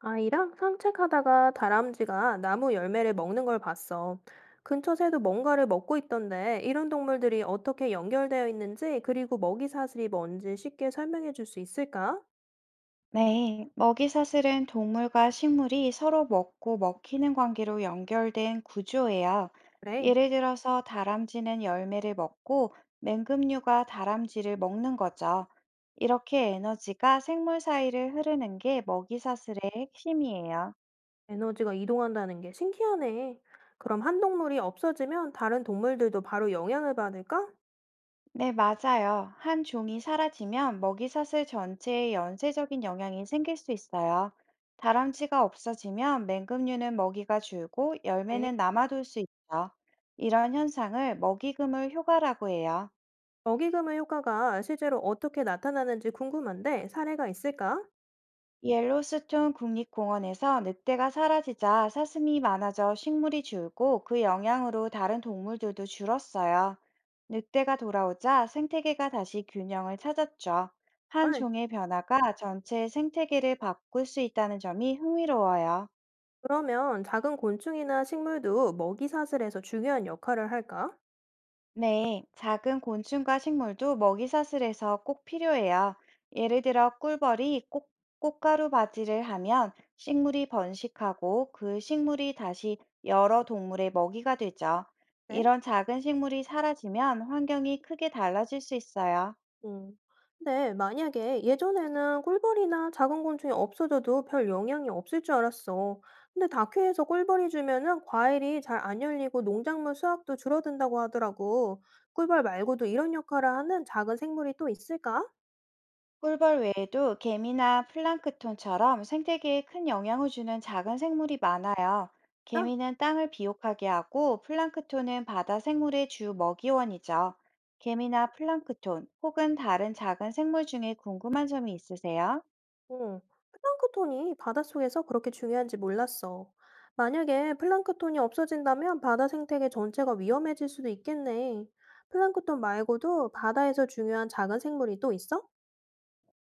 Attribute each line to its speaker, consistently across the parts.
Speaker 1: 아이랑 산책하다가 다람쥐가 나무 열매를 먹는 걸 봤어. 근처 새도 뭔가를 먹고 있던데 이런 동물들이 어떻게 연결되어 있는지 그리고 먹이 사슬이 뭔지 쉽게 설명해 줄 수 있을까?
Speaker 2: 네, 먹이사슬은 동물과 식물이 서로 먹고 먹히는 관계로 연결된 구조예요.
Speaker 1: 그래,
Speaker 2: 예를 들어서 다람쥐는 열매를 먹고 맹금류가 다람쥐를 먹는 거죠. 이렇게 에너지가 생물 사이를 흐르는 게 먹이사슬의 핵심이에요.
Speaker 1: 에너지가 이동한다는 게 신기하네. 그럼 한 동물이 없어지면 다른 동물들도 바로 영향을 받을까?
Speaker 2: 네, 맞아요. 한 종이 사라지면 먹이사슬 전체에 연쇄적인 영향이 생길 수 있어요. 다람쥐가 없어지면 맹금류는 먹이가 줄고
Speaker 1: 네.
Speaker 2: 열매는 남아돌 수 있죠. 이런 현상을 먹이금을 효과라고 해요.
Speaker 1: 먹이금을 효과가 실제로 어떻게 나타나는지 궁금한데 사례가 있을까?
Speaker 2: 옐로스톤 국립공원에서 늑대가 사라지자 사슴이 많아져 식물이 줄고 그 영향으로 다른 동물들도 줄었어요. 늑대가 돌아오자 생태계가 다시 균형을 찾았죠.
Speaker 1: 아,
Speaker 2: 한 종의 변화가 전체 생태계를 바꿀 수 있다는 점이 흥미로워요.
Speaker 1: 그러면 작은 곤충이나 식물도 먹이 사슬에서 중요한 역할을 할까?
Speaker 2: 네, 작은 곤충과 식물도 먹이 사슬에서 꼭 필요해요. 예를 들어 꿀벌이 꽃, 꽃가루 바지를 하면 식물이 번식하고 그 식물이 다시 여러 동물의 먹이가 되죠.
Speaker 1: 네.
Speaker 2: 이런 작은 식물이 사라지면 환경이 크게 달라질 수 있어요.
Speaker 1: 음. 근데 만약에 예전에는 꿀벌이나 작은 곤충이 없어져도 별 영향이 없을 줄 알았어. 근데 다큐에서 꿀벌이 주면은 과일이 잘 안 열리고 농작물 수확도 줄어든다고 하더라고. 꿀벌 말고도 이런 역할을 하는 작은 생물이 또 있을까?
Speaker 2: 꿀벌 외에도 개미나 플랑크톤처럼 생태계에 큰 영향을 주는 작은 생물이 많아요.
Speaker 1: 진짜?
Speaker 2: 개미는 땅을 비옥하게 하고 플랑크톤은 바다 생물의 주 먹이원이죠. 개미나 플랑크톤 혹은 다른 작은 생물 중에 궁금한 점이 있으세요?
Speaker 1: 어. 플랑크톤이 바닷속에서 그렇게 중요한지 몰랐어. 만약에 플랑크톤이 없어진다면 바다 생태계 전체가 위험해질 수도 있겠네. 플랑크톤 말고도 바다에서 중요한 작은 생물이 또 있어?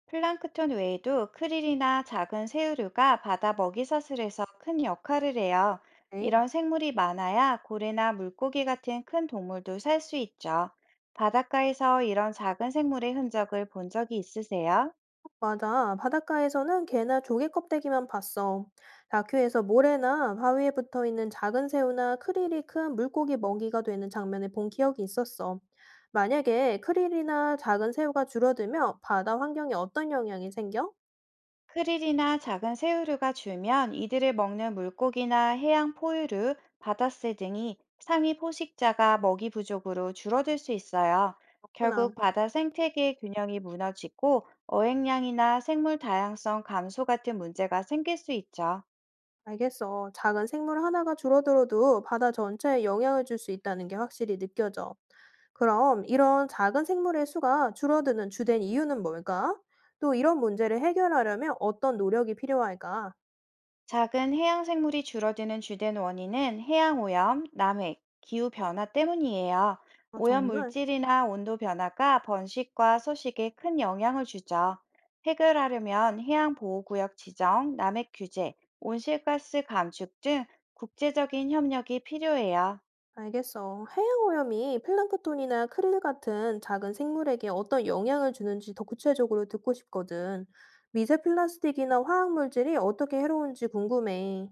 Speaker 2: 플랑크톤 외에도 크릴이나 작은 새우류가 바다 먹이 사슬에서 큰 역할을 해요.
Speaker 1: 네,
Speaker 2: 이런 생물이 많아야 고래나 물고기 같은 큰 동물도 살 수 있죠. 바닷가에서 이런 작은 생물의 흔적을 본 적이 있으세요?
Speaker 1: 맞아. 바닷가에서는 개나 조개 껍데기만 봤어. 다큐에서 모래나 바위에 붙어 있는 작은 새우나 크릴이 큰 물고기 먹이가 되는 장면을 본 기억이 있었어. 만약에 크릴이나 작은 새우가 줄어들면 바다 환경에 어떤 영향이 생겨?
Speaker 2: 크릴이나 작은 새우류가 줄면 이들을 먹는 물고기나 해양 포유류, 바다새 등이 상위 포식자가 먹이 부족으로 줄어들 수 있어요.
Speaker 1: 그렇구나.
Speaker 2: 결국 바다 생태계 균형이 무너지고 어획량이나 생물 다양성 감소 같은 문제가 생길 수 있죠.
Speaker 1: 알겠어. 작은 생물 하나가 줄어들어도 바다 전체에 영향을 줄 수 있다는 게 확실히 느껴져. 그럼 이런 작은 생물의 수가 줄어드는 주된 이유는 뭘까? 또 이런 문제를 해결하려면 어떤 노력이 필요할까?
Speaker 2: 작은 해양 생물이 줄어드는 주된 원인은 해양 오염, 남획, 기후 변화 때문이에요.
Speaker 1: 아,
Speaker 2: 오염
Speaker 1: 정말?
Speaker 2: 물질이나 온도 변화가 번식과 서식에 큰 영향을 주죠. 해결하려면 해양 보호구역 지정, 남획 규제, 온실가스 감축 등 국제적인 협력이 필요해요.
Speaker 1: 알겠어. 해양 오염이 플랑크톤이나 크릴 같은 작은 생물에게 어떤 영향을 주는지 더 구체적으로 듣고 싶거든. 미세 플라스틱이나 화학 물질이 어떻게 해로운지 궁금해.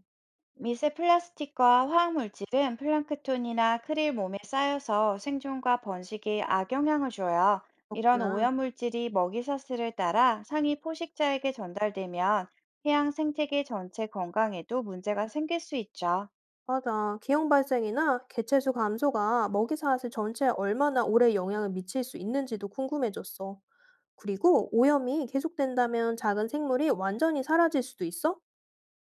Speaker 2: 미세 플라스틱과 화학물질은 플랑크톤이나 크릴 몸에 쌓여서 생존과 번식에 악영향을 줘요. 이런
Speaker 1: 그렇구나.
Speaker 2: 오염물질이 먹이사슬을 따라 상위 포식자에게 전달되면 해양 생태계 전체 건강에도 문제가 생길 수 있죠.
Speaker 1: 맞아. 기형 발생이나 개체수 감소가 먹이 사슬 전체에 얼마나 오래 영향을 미칠 수 있는지도 궁금해졌어. 그리고 오염이 계속된다면 작은 생물이 완전히 사라질 수도 있어?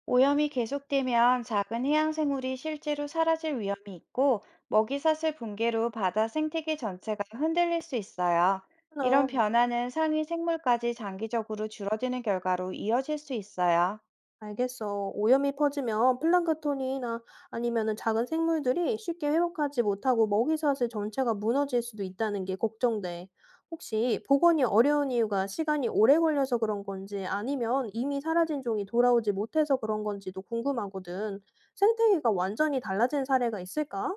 Speaker 2: 오염이 계속되면 작은 해양 생물이 실제로 사라질 위험이 있고 먹이사슬 붕괴로 바다 생태계 전체가 흔들릴 수 있어요. 이런 변화는 상위 생물까지 장기적으로 줄어드는 결과로 이어질 수 있어요.
Speaker 1: 알겠어. 오염이 퍼지면 플랑크톤이나 아니면은 작은 생물들이 쉽게 회복하지 못하고 먹이사슬 전체가 무너질 수도 있다는 게 걱정돼. 혹시 복원이 어려운 이유가 시간이 오래 걸려서 그런 건지 아니면 이미 사라진 종이 돌아오지 못해서 그런 건지도 궁금하거든. 생태계가 완전히 달라진 사례가 있을까?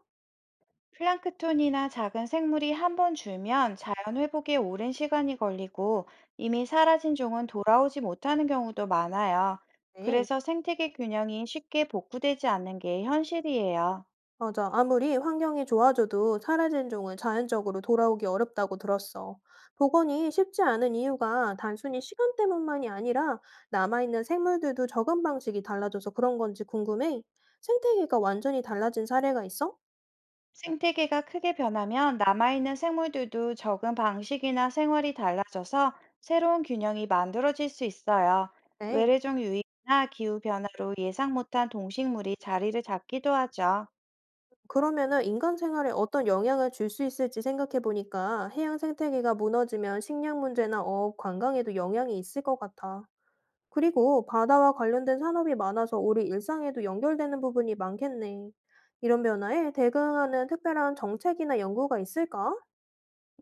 Speaker 2: 플랑크톤이나 작은 생물이 한번 줄면 자연 회복에 오랜 시간이 걸리고 이미 사라진 종은 돌아오지 못하는 경우도 많아요.
Speaker 1: 네.
Speaker 2: 그래서 생태계 균형이 쉽게 복구되지 않는 게 현실이에요.
Speaker 1: 맞아. 아무리 환경이 좋아져도 사라진 종은 자연적으로 돌아오기 어렵다고 들었어. 복원이 쉽지 않은 이유가 단순히 시간 때문만이 아니라 남아있는 생물들도 적응 방식이 달라져서 그런 건지 궁금해. 생태계가 완전히 달라진 사례가 있어?
Speaker 2: 생태계가 크게 변하면 남아있는 생물들도 적응 방식이나 생활이 달라져서 새로운 균형이 만들어질 수 있어요.
Speaker 1: 네.
Speaker 2: 외래종 유입이나 기후 변화로 예상 못한 동식물이 자리를 잡기도 하죠.
Speaker 1: 그러면은 인간 생활에 어떤 영향을 줄 수 있을지 생각해 보니까 해양 생태계가 무너지면 식량 문제나 어업, 관광에도 영향이 있을 것 같아. 그리고 바다와 관련된 산업이 많아서 우리 일상에도 연결되는 부분이 많겠네. 이런 변화에 대응하는 특별한 정책이나 연구가 있을까?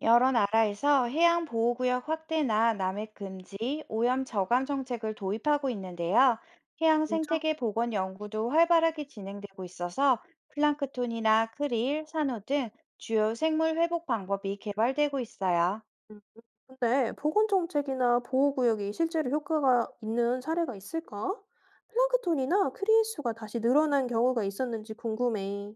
Speaker 2: 여러 나라에서 해양 보호구역 확대나 남획 금지, 오염 저감 정책을 도입하고 있는데요. 해양
Speaker 1: 진짜?
Speaker 2: 생태계 복원 연구도 활발하게 진행되고 있어서 플랑크톤이나 크릴, 산호 등 주요 생물 회복 방법이 개발되고 있어요.
Speaker 1: 음. 근데 보건 정책이나 보호구역이 실제로 효과가 있는 사례가 있을까? 플랑크톤이나 크리수가 다시 늘어난 경우가 있었는지 궁금해.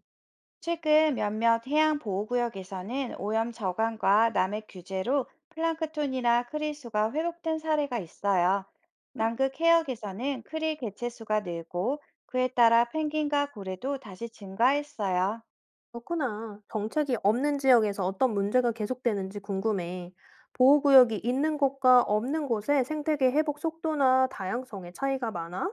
Speaker 2: 최근 몇몇 해양 보호구역에서는 오염 저감과 남획 규제로 플랑크톤이나 크릴 수가 회복된 사례가 있어요. 남극 해역에서는 크릴 개체수가 늘고 그에 따라 펭귄과 고래도 다시 증가했어요.
Speaker 1: 그렇구나. 정책이 없는 지역에서 어떤 문제가 계속되는지 궁금해. 보호구역이 있는 곳과 없는 곳의 생태계 회복 속도나 다양성의 차이가 많아?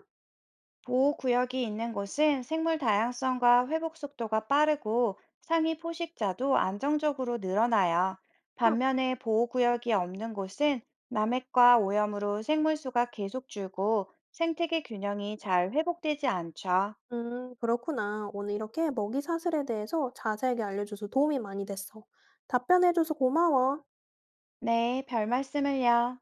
Speaker 2: 보호 구역이 있는 곳은 생물 다양성과 회복 속도가 빠르고 상위 포식자도 안정적으로 늘어나요. 반면에 보호 구역이 없는 곳은 남획과 오염으로 생물 수가 계속 줄고 생태계 균형이 잘 회복되지 않죠.
Speaker 1: 그렇구나. 오늘 이렇게 먹이 사슬에 대해서 자세하게 알려줘서 도움이 많이 됐어. 답변해줘서 고마워.
Speaker 2: 네, 별 말씀을요.